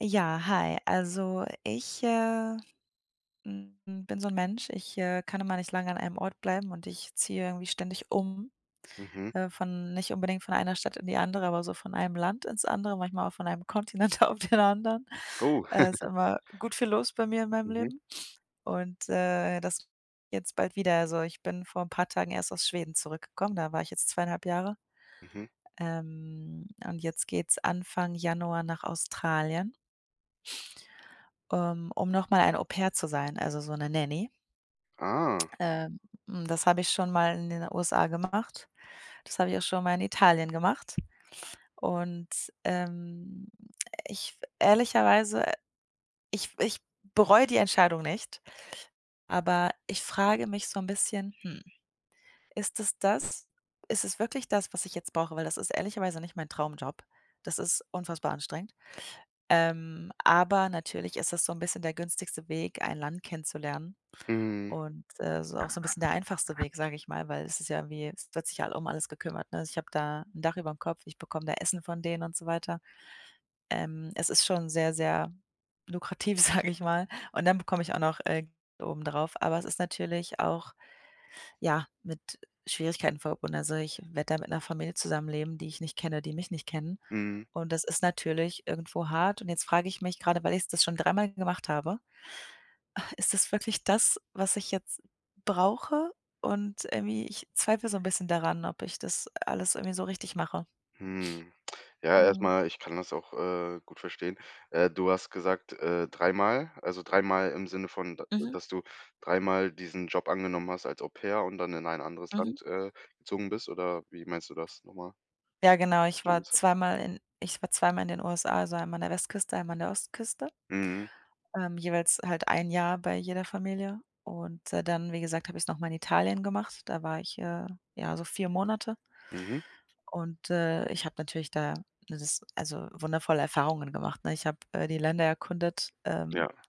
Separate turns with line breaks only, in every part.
Ja, hi. Also ich, hm, bin so ein Mensch. Ich, kann immer nicht lange an einem Ort bleiben und ich ziehe irgendwie ständig um,
Mhm.
von nicht unbedingt von einer Stadt in die andere, aber so von einem Land ins andere, manchmal auch von einem Kontinent auf den anderen.
Oh.
Ist immer gut viel los bei mir in meinem
Mhm.
Leben und, das jetzt bald wieder. Also, ich bin vor ein paar Tagen erst aus Schweden zurückgekommen. Da war ich jetzt 2,5 Jahre,
Mhm.
und jetzt geht's Anfang Januar nach Australien. Ähm, um noch mal ein Au-pair zu sein, also so 'ne Nanny.
Ah.
Ähm, Das habe ich schon mal in den USA gemacht. Das habe ich auch schon mal in Italien gemacht. Und, ähm, ich ehrlicherweise, ich bereue die Entscheidung nicht, aber ich frage mich so 'n bisschen: „Hm, ist es das ist es wirklich das, was ich jetzt brauche?" Weil das ist ehrlicherweise nicht mein Traumjob. Das ist unfassbar anstrengend. Aber natürlich ist das so 'n bisschen der günstigste Weg, ein Land kennenzulernen.
Mhm.
Und, so auch so ein bisschen der einfachste Weg, sage ich mal, weil es wird sich ja um alles gekümmert, ne? Also, ich habe da ein Dach über dem Kopf, ich bekomme da Essen von denen und so weiter. Es ist schon sehr, sehr lukrativ, sage ich mal. Und dann bekomme ich auch noch, obendrauf. Aber es ist natürlich auch, ja, mit Schwierigkeiten verbunden. Also, ich werde da mit einer Familie zusammenleben, die ich nicht kenne, die mich nicht kennen.
Mhm.
Und das ist natürlich irgendwo hart. Und jetzt frage ich mich, gerade, weil ich das schon dreimal gemacht habe, ist das wirklich das, was ich jetzt brauche? Und irgendwie ich zweifle so ein bisschen daran, ob ich das alles irgendwie so richtig mache.
Mhm. Ja,
Mhm.
erstmal ich kann das auch, gut verstehen. Du hast gesagt, dreimal, also dreimal im Sinne von, d
Mhm.
dass du dreimal diesen Job angenommen hast als Au-pair und dann in ein anderes
Mhm.
Land, gezogen bist, oder wie meinst du das nochmal?
Ja, genau.
Verstanden. Verständnisse.
Ich war zweimal in den USA, also einmal an der Westküste, einmal an der Ostküste,
Mhm.
jeweils halt ein Jahr bei jeder Familie. Und, dann, wie gesagt, habe ich noch mal in Italien gemacht. Da war ich, ja, so 4 Monate,
Mhm.
und, ich habe natürlich da das also wundervolle Erfahrungen gemacht, ne? Ich habe, die Länder erkundet,
Ja.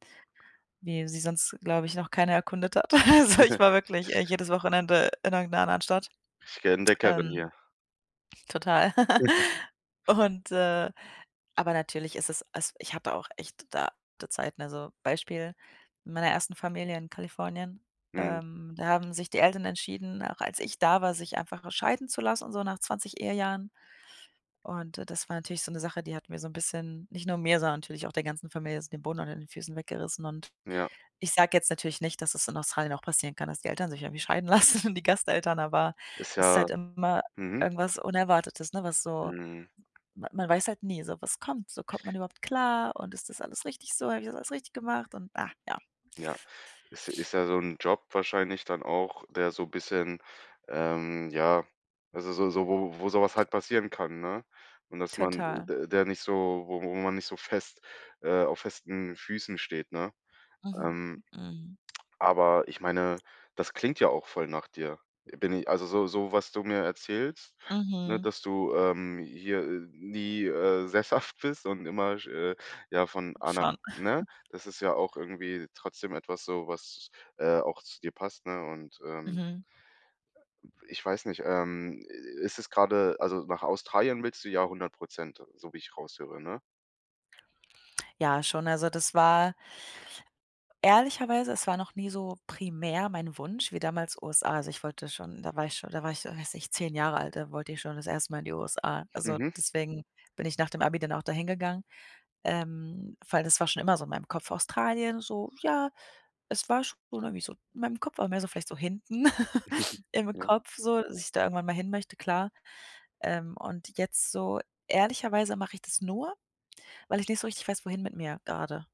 wie sie sonst, glaube ich, noch keine erkundet hat. Also, ich war wirklich, jedes Wochenende in irgend 'ner anderen Stadt.
Ich bin entdeckerin
Ähm,
hier.
Total. Und, aber natürlich ist es es ich hatte auch echt da harte Zeiten. Also, Beispiel in meiner ersten Familie in Kalifornien,
Mhm.
da haben sich die Eltern entschieden, auch als ich da war, sich einfach scheiden zu lassen, so nach 20 Ehejahren. Und, das war natürlich so eine Sache, die hat mir so ein bisschen, nicht nur mir, sondern natürlich auch der ganzen Familie, so den Boden unter den Füßen weggerissen. Und
Ja.
ich sage jetzt natürlich nicht, dass es in Australien auch passieren kann, dass die Eltern sich irgendwie scheiden lassen, und die Gasteltern, aber
Ist
es ist
ja
halt immer
mhm.
irgendwas Unerwartetes, ne, was so
Mhm.
ma man weiß halt nie so, was kommt. So, kommt man überhaupt klar und ist das alles richtig so? Habe ich das alles richtig gemacht? Und, ah, ja,
Ja. Ist ja so ein Job wahrscheinlich dann auch, der so ein bisschen, ja, also so wo so halt passieren kann, ne? Und dass man d
total.
der nicht so wo man nicht so fest, auf festen Füßen steht, ne?
Mhm,
Ähm
mhm,
aber ich meine, das klingt ja auch voll nach dir. Bin ich also so, was du mir erzählst, ne,
mhm,
dass du, hier, nie, sesshaft bist und immer ja, von Anna,
schon.
ne? Das ist ja auch irgendwie trotzdem etwas so, was, auch zu dir passt, ne? Und,
Mhm.
ich weiß nicht, ist es gerade, also nach Australien willst du ja 100%, so wie ich raushöre, ne?
Ja, schon. Also, das war ehrlicherweise, es war noch nie so primär mein Wunsch wie damals USA. Also, ich wollte schon da war ich, weiß nicht, 10 Jahre alt. Da wollte ich schon das erste Mal in die USA. Also,
Mhm,
deswegen bin ich nach dem Abi dann auch dahin gegangen, weil das war schon immer so in meinem Kopf. Australien, so, ja, es war schon irgendwie so in meinem Kopf, aber mehr so vielleicht so hinten im
ja.
Kopf so, dass ich da irgendwann mal hin möchte, klar. Und jetzt so, ehrlicherweise, mache ich das nur, weil ich nicht so richtig weiß, wohin mit mir gerade.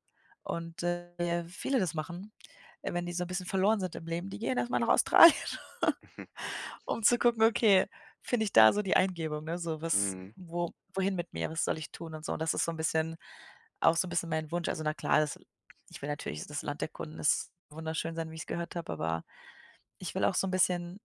Und, viele das machen, wenn die so ein bisschen verloren sind im Leben, die gehen erst mal nach Australien, um zu gucken: „Okay, finde ich da so die Eingebung", ne? So was,
Mhm.
wo wohin mit mir, was soll ich tun und so. Und das ist so ein bisschen, auch so ein bisschen mein Wunsch. Also, na klar, das ich will natürlich das Land erkunden, es wunderschön sein, wie ich es gehört habe, aber ich will auch so ein bisschen,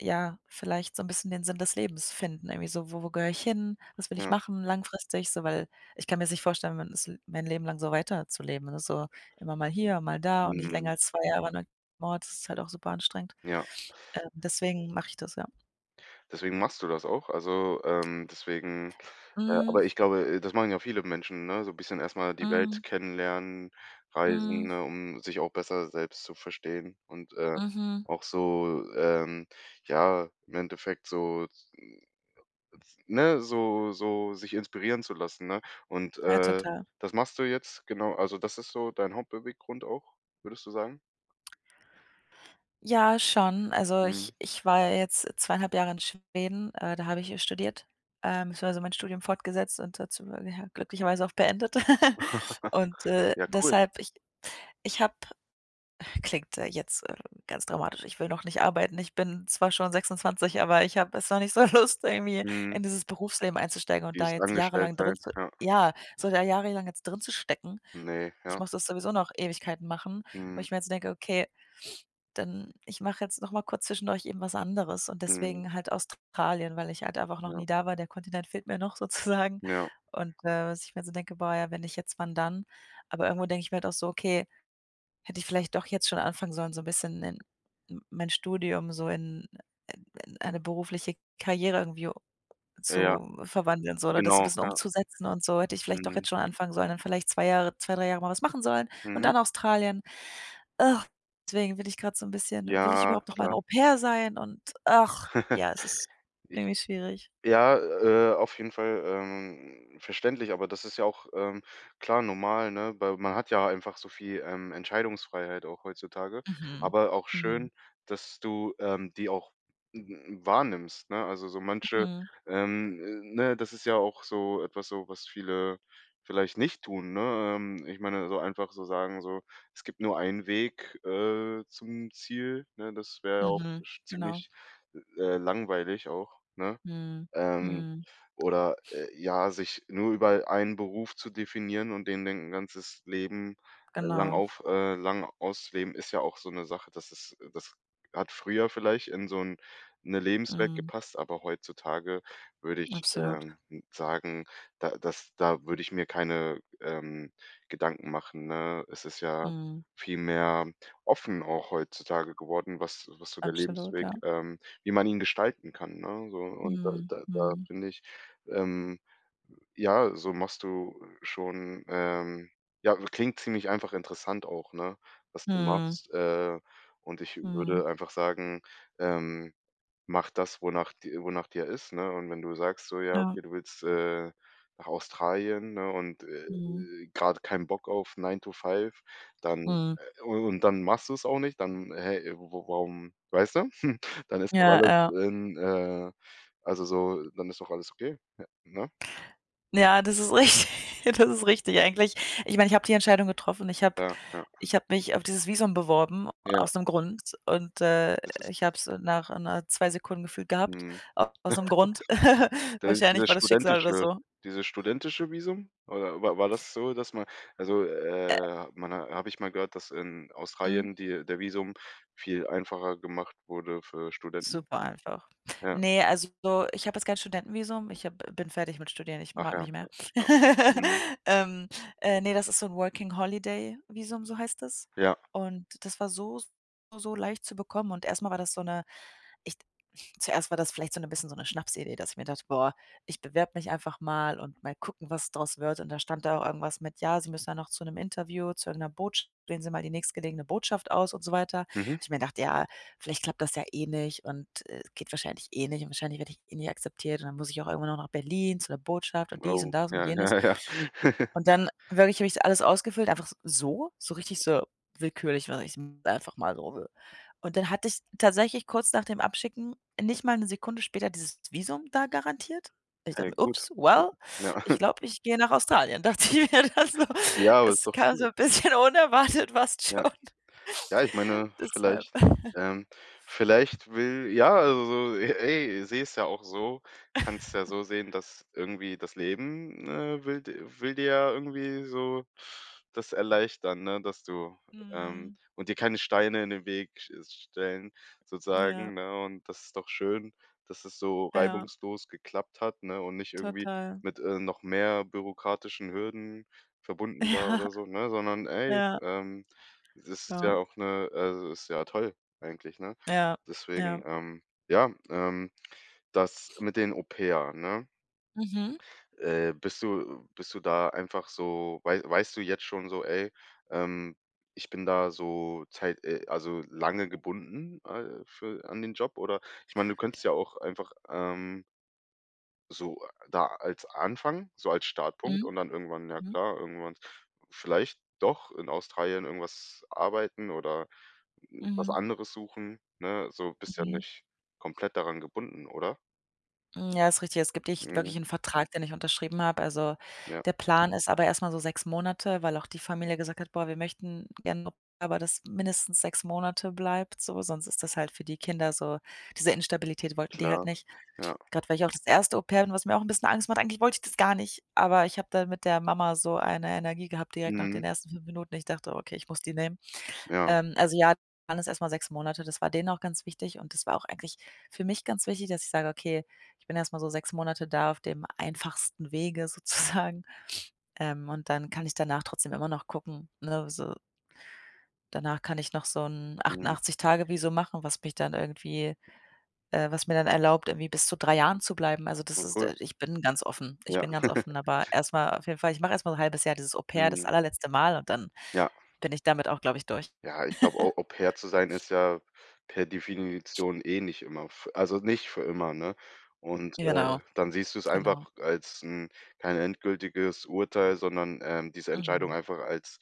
ja, vielleicht so ein bisschen den Sinn des Lebens finden, irgendwie so: „Wo, gehöre ich hin? Was will ich
Ja.
machen langfristig?" So, weil ich kann mir jetzt nicht vorstellen, mein das mein Leben lang so weiterzuleben, ne? So immer mal hier, mal da, und nicht länger
Mhm.
als 2 Jahre an 'nem Ort. Das ist halt auch super anstrengend.
Ja.
Deswegen mache ich das, ja.
Deswegen machst du das auch. Also, deswegen
Mhm,
aber ich glaube, das machen ja viele Menschen, ne? So 'n bisschen erstmal die
mhm,
Welt kennenlernen, reisen,
mhm,
ne, um sich auch besser selbst zu verstehen und,
mhm.
auch so, ja, im Endeffekt so, ne, so sich inspirieren zu lassen, ne? Und,
Ja, total.
das machst du jetzt, genau, also, das ist so dein Hauptbeweggrund auch, würdest du sagen?
Ja, schon. Also,
Mhm.
ich war ja jetzt 2,5 Jahre in Schweden. Äh, da habe ich, studiert, beziehungsweise mein Studium fortgesetzt und dazu glücklicherweise auch beendet. Und,
Ja, cool.
deshalb, ich ich habe klingt, jetzt, ganz dramatisch, ich will noch nicht arbeiten. Ich bin zwar schon 26, aber ich habe es noch nicht so Lust, irgendwie
Mhm.
in dieses Berufsleben einzusteigen und da
Dieses
jetzt jahrelang drin
Angestelltsein,
zu
ja.
ja, so da jahrelang jetzt drin zu stecken.
Ne,
Ich
ja.
muss das sowieso noch Ewigkeiten machen, wo
Mhm,
ich mir jetzt denke: „Okay, dann ich mache jetzt noch mal kurz zwischendurch eben was anderes", und
mhm.
deswegen halt Australien, weil ich halt einfach noch
Ja,
nie da war. Der Kontinent fehlt mir noch sozusagen.
ja,
Und, dass ich mir so denke: „Boah, ja, wenn nicht jetzt, wann dann?" Aber irgendwo denke ich mir halt auch so: „Okay, hätte ich vielleicht doch jetzt schon anfangen sollen, so 'n bisschen in m mein Studium so in eine berufliche Karriere irgendwie
ja,
zu verwandeln, so, oder das so 'n
genau,
bisschen
ja.
umzusetzen und so. Hätte ich vielleicht doch
Mhm,
jetzt schon anfangen sollen und vielleicht 2 3 Jahre mal was machen sollen und
mhm.
dann Australien." Ach, deswegen bin ich grad so 'n bisschen, will ich
Ja,
überhaupt noch mal 'n
klar.
Au-pair sein? Und ach, ja, es ist irgendwie schwierig.
Ja, auf jeden Fall, verständlich, aber das ist ja auch, klar, normal, ne? Weil man hat ja einfach so viel, Entscheidungsfreiheit auch heutzutage,
Mhm.
aber auch
Mhm.
schön, dass du, die auch, wahrnimmst, ne? Also, so manche,
Mhm.
ne, das ist ja auch so etwas so, was viele vielleicht nicht tun, ne? Ich meine, so einfach so sagen, so: „Es gibt nur einen Weg, zum Ziel", ne? Das wäre ja auch
Mhm.
sch
Genau.
ziemlich, langweilig auch, ne?
Mhm.
Ähm,
Mhm.
oder, ja, sich nur über einen Beruf zu definieren und den dein ganzes Leben lang,
Genau.
auf lang auszuleben, ist ja auch so eine Sache, das ist das hat früher vielleicht in so 'n 'ne Lebenswelt
Mhm.
gepasst, aber heutzutage würde ich,
Absolut.
sagen, da würde ich mir keine, Gedanken machen, ne? Es ist ja
Mhm.
viel mehr offen auch heutzutage geworden, was so der
Absolut,
Lebensweg,
ja.
wie man ihn gestalten kann, ne? So, und da
Mhm.
da da
Mhm.
finde ich, ähm, ja, so machst du schon, ja, klingt ziemlich einfach interessant auch, ne, was du
Mhm.
machst. Und ich
Mhm.
würde einfach sagen, ähm, mach das, wonach dir ist, ne? Und wenn du sagst so: „Ja,
Ja.
okay, du willst, nach Australien, ne, und,
Mhm.
grad keinen Bock auf 9 to 5, dann,
Mhm.
und dann machst du es auch nicht, dann, hä, w warum, weißt du? Dann ist doch
Ja,
alles
ja.
in, also, so dann ist doch alles okay, ja, ne?
Ja, das ist richtig. Das ist richtig eigentlich. Ich meine, ich habe die Entscheidung getroffen. Ich habe
Ja, ja,
ich habe mich auf dieses Visum beworben
ja,
aus 'nem Grund, und,
das ist
ich habe es nach, 2 Sekunden gefühlt gehabt,
mhm.
au aus 'nem Grund.
Da
Wahrscheinlich
dieses
war das Schicksal oder
studentische
so.
dieses studentische Visum, oder wa war das so, dass man, also,
Äh,
man ha habe ich mal gehört, dass in
mhm.
Australien die der Visum viel einfacher gemacht wurde für Studenten?
Super einfach.
Ja.
Ne, also so, ich habe jetzt kein Studentenvisum. Ich habe bin fertig mit Studieren, ich
Ach
mag
ja,
nicht
ja,
mehr.
ja. Mhm.
Ähm, ne, das ist so 'n Working Holiday Visum, so heißt es.
Ja.
Und das war so, so, so leicht zu bekommen. Und erst mal war das so 'ne, ich zuerst war das vielleicht so 'ne bisschen so 'ne Schnapsidee, dass ich mir dachte: „Boah, ich bewerbe mich einfach mal und mal gucken, was draus wird." Und da stand da auch irgendwas mit: „Ja, Sie müssen ja noch zu 'nem Interview, zu irgend 'ner Botsch wählen Sie mal die nächstgelegene Botschaft aus" und so weiter.
Mhm.
Ich mir gedacht: „Ja, vielleicht klappt das ja eh nicht und, geht wahrscheinlich eh nicht und wahrscheinlich werde ich eh nicht akzeptiert, und dann muss ich auch irgendwann noch nach Berlin zu der Botschaft und dies und
Oh,
das und
ja,
jenes."
ja, ja.
Und dann wirklich habe ich so alles ausgefüllt, einfach so, so richtig so willkürlich, was ich einfach mal so will. Und dann hatte ich tatsächlich kurz nach dem Abschicken, nicht mal eine Sekunde später, dieses Visum da garantiert. Ich dachte
Hey,
mir:
gut.
„Ups,
Ja.
well,
Ja,
ich glaube, ich gehe nach Australien", dachte ich mir dann so.
Ja, aber ist
Es
doch
kam so
cool.
ein bisschen unerwartet fast schon.
Ja. Ja, ich meine,
Deshalb.
vielleicht ähm, vielleicht will ja, also so, e ey, sehe es ja auch so, kannst ja so sehen, dass irgendwie das Leben, will dir ja irgendwie so das erleichtern, ne, dass du,
Mhm,
und dir keine Steine in den Weg s stellen,
ja.
sozusagen, ne? Und das ist doch schön, dass es so
Ja,
reibungslos geklappt hat, ne, und nicht irgendwie
total.
mit, noch mehr bürokratischen Hürden verbunden war oder so, ne, sondern, ey,
Ja,
das ist
ja,
ja auch 'ne, also, ist ja toll eigentlich, ne?
ja, ja, ja.
Deswegen, ja, das mit den Au-pair, ne?
Mhm.
Bist du da einfach so, weißt du jetzt schon so: „Ey, ähm, ich bin da so zeit also, lange gebunden, für an den Job", oder ich meine, du könntest ja auch einfach, so, da als Anfang, so als Startpunkt
Mhm.
und dann irgendwann, ja
Mhm.
klar, irgendwann vielleicht doch in Australien irgendwas arbeiten oder was
Mhm.
anderes suchen, ne? So, bist ja
Mhm.
nicht komplett daran gebunden, oder?
Hm, ja, ist richtig. Es gibt nicht
Mhm,
wirklich einen Vertrag, den ich unterschrieben habe. Also,
ja,
der Plan ist aber erstmal so 6 Monate, weil auch die Familie gesagt hat: „Boah, wir möchten gerne, aber das mindestens 6 Monate bleibt, so, sonst ist das halt für die Kinder so, diese Instabilität wollten die halt
klar.
nicht."
Ja.
Gerade weil ich auch das erste Au-pair bin, was mir auch ein bisschen Angst macht. Eigentlich wollte ich das gar nicht, aber ich habe dann mit der Mama so eine Energie gehabt direkt nach
Mhm,
den ersten 5 Minuten. Ich dachte: „Okay, ich muss die nehmen."
ja.
Ähm, also ja, waren es erst mal 6 Monate. Das war denen auch ganz wichtig, und das war auch eigentlich für mich ganz wichtig, dass ich sage: „Okay, ich bin erst mal so 6 Monate da, auf dem einfachsten Wege sozusagen, und dann kann ich danach trotzdem immer noch gucken, ne, so, danach kann ich noch so ein
Mhm.
88 Tage visum machen, was mich dann irgendwie, was mir dann erlaubt, irgendwie bis zu 3 Jahren zu bleiben." Also, das
Ja,
ist,
cool.
ich bin ganz offen. Ich
Ja.
bin ganz offen, aber erst mal auf jeden Fall, ich mache erst mal 'n halbes Jahr dieses Au-pair, das
Mhm.
allerletzte Mal, und dann
Ja.
bin ich damit auch, glaube ich, durch.
Ja, ich glaube, Au Au-pair zu sein ist ja per Definition eh nicht immer f also nicht für immer, ne? Und,
Genau,
dann siehst du's
genau.
einfach als 'n kein endgültiges Urteil, sondern, diese Entscheidung
Mhm.
einfach als,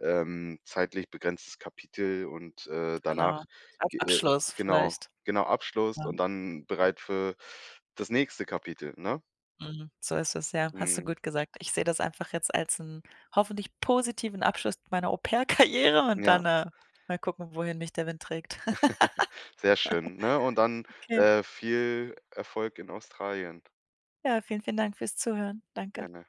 zeitlich begrenztes Kapitel und,
Genau,
danach,
als
ge
Abschluss
genau,
vielleicht.
genau, Abschluss
Ja,
und dann bereit für das nächste Kapitel, ne?
mhm, so ist es, ja. Hast du
Mhm.
gut gesagt. Ich sehe das einfach jetzt als 'n hoffentlich positiven Abschluss meiner Au-pair-Karriere, und
Ja,
dann, mal gucken, wohin mich der Wind trägt.
sehr schön, ne? Und dann,
Okay.
viel Erfolg in Australien.
Ja, vielen, vielen Dank fürs Zuhören. Danke.
Gerne.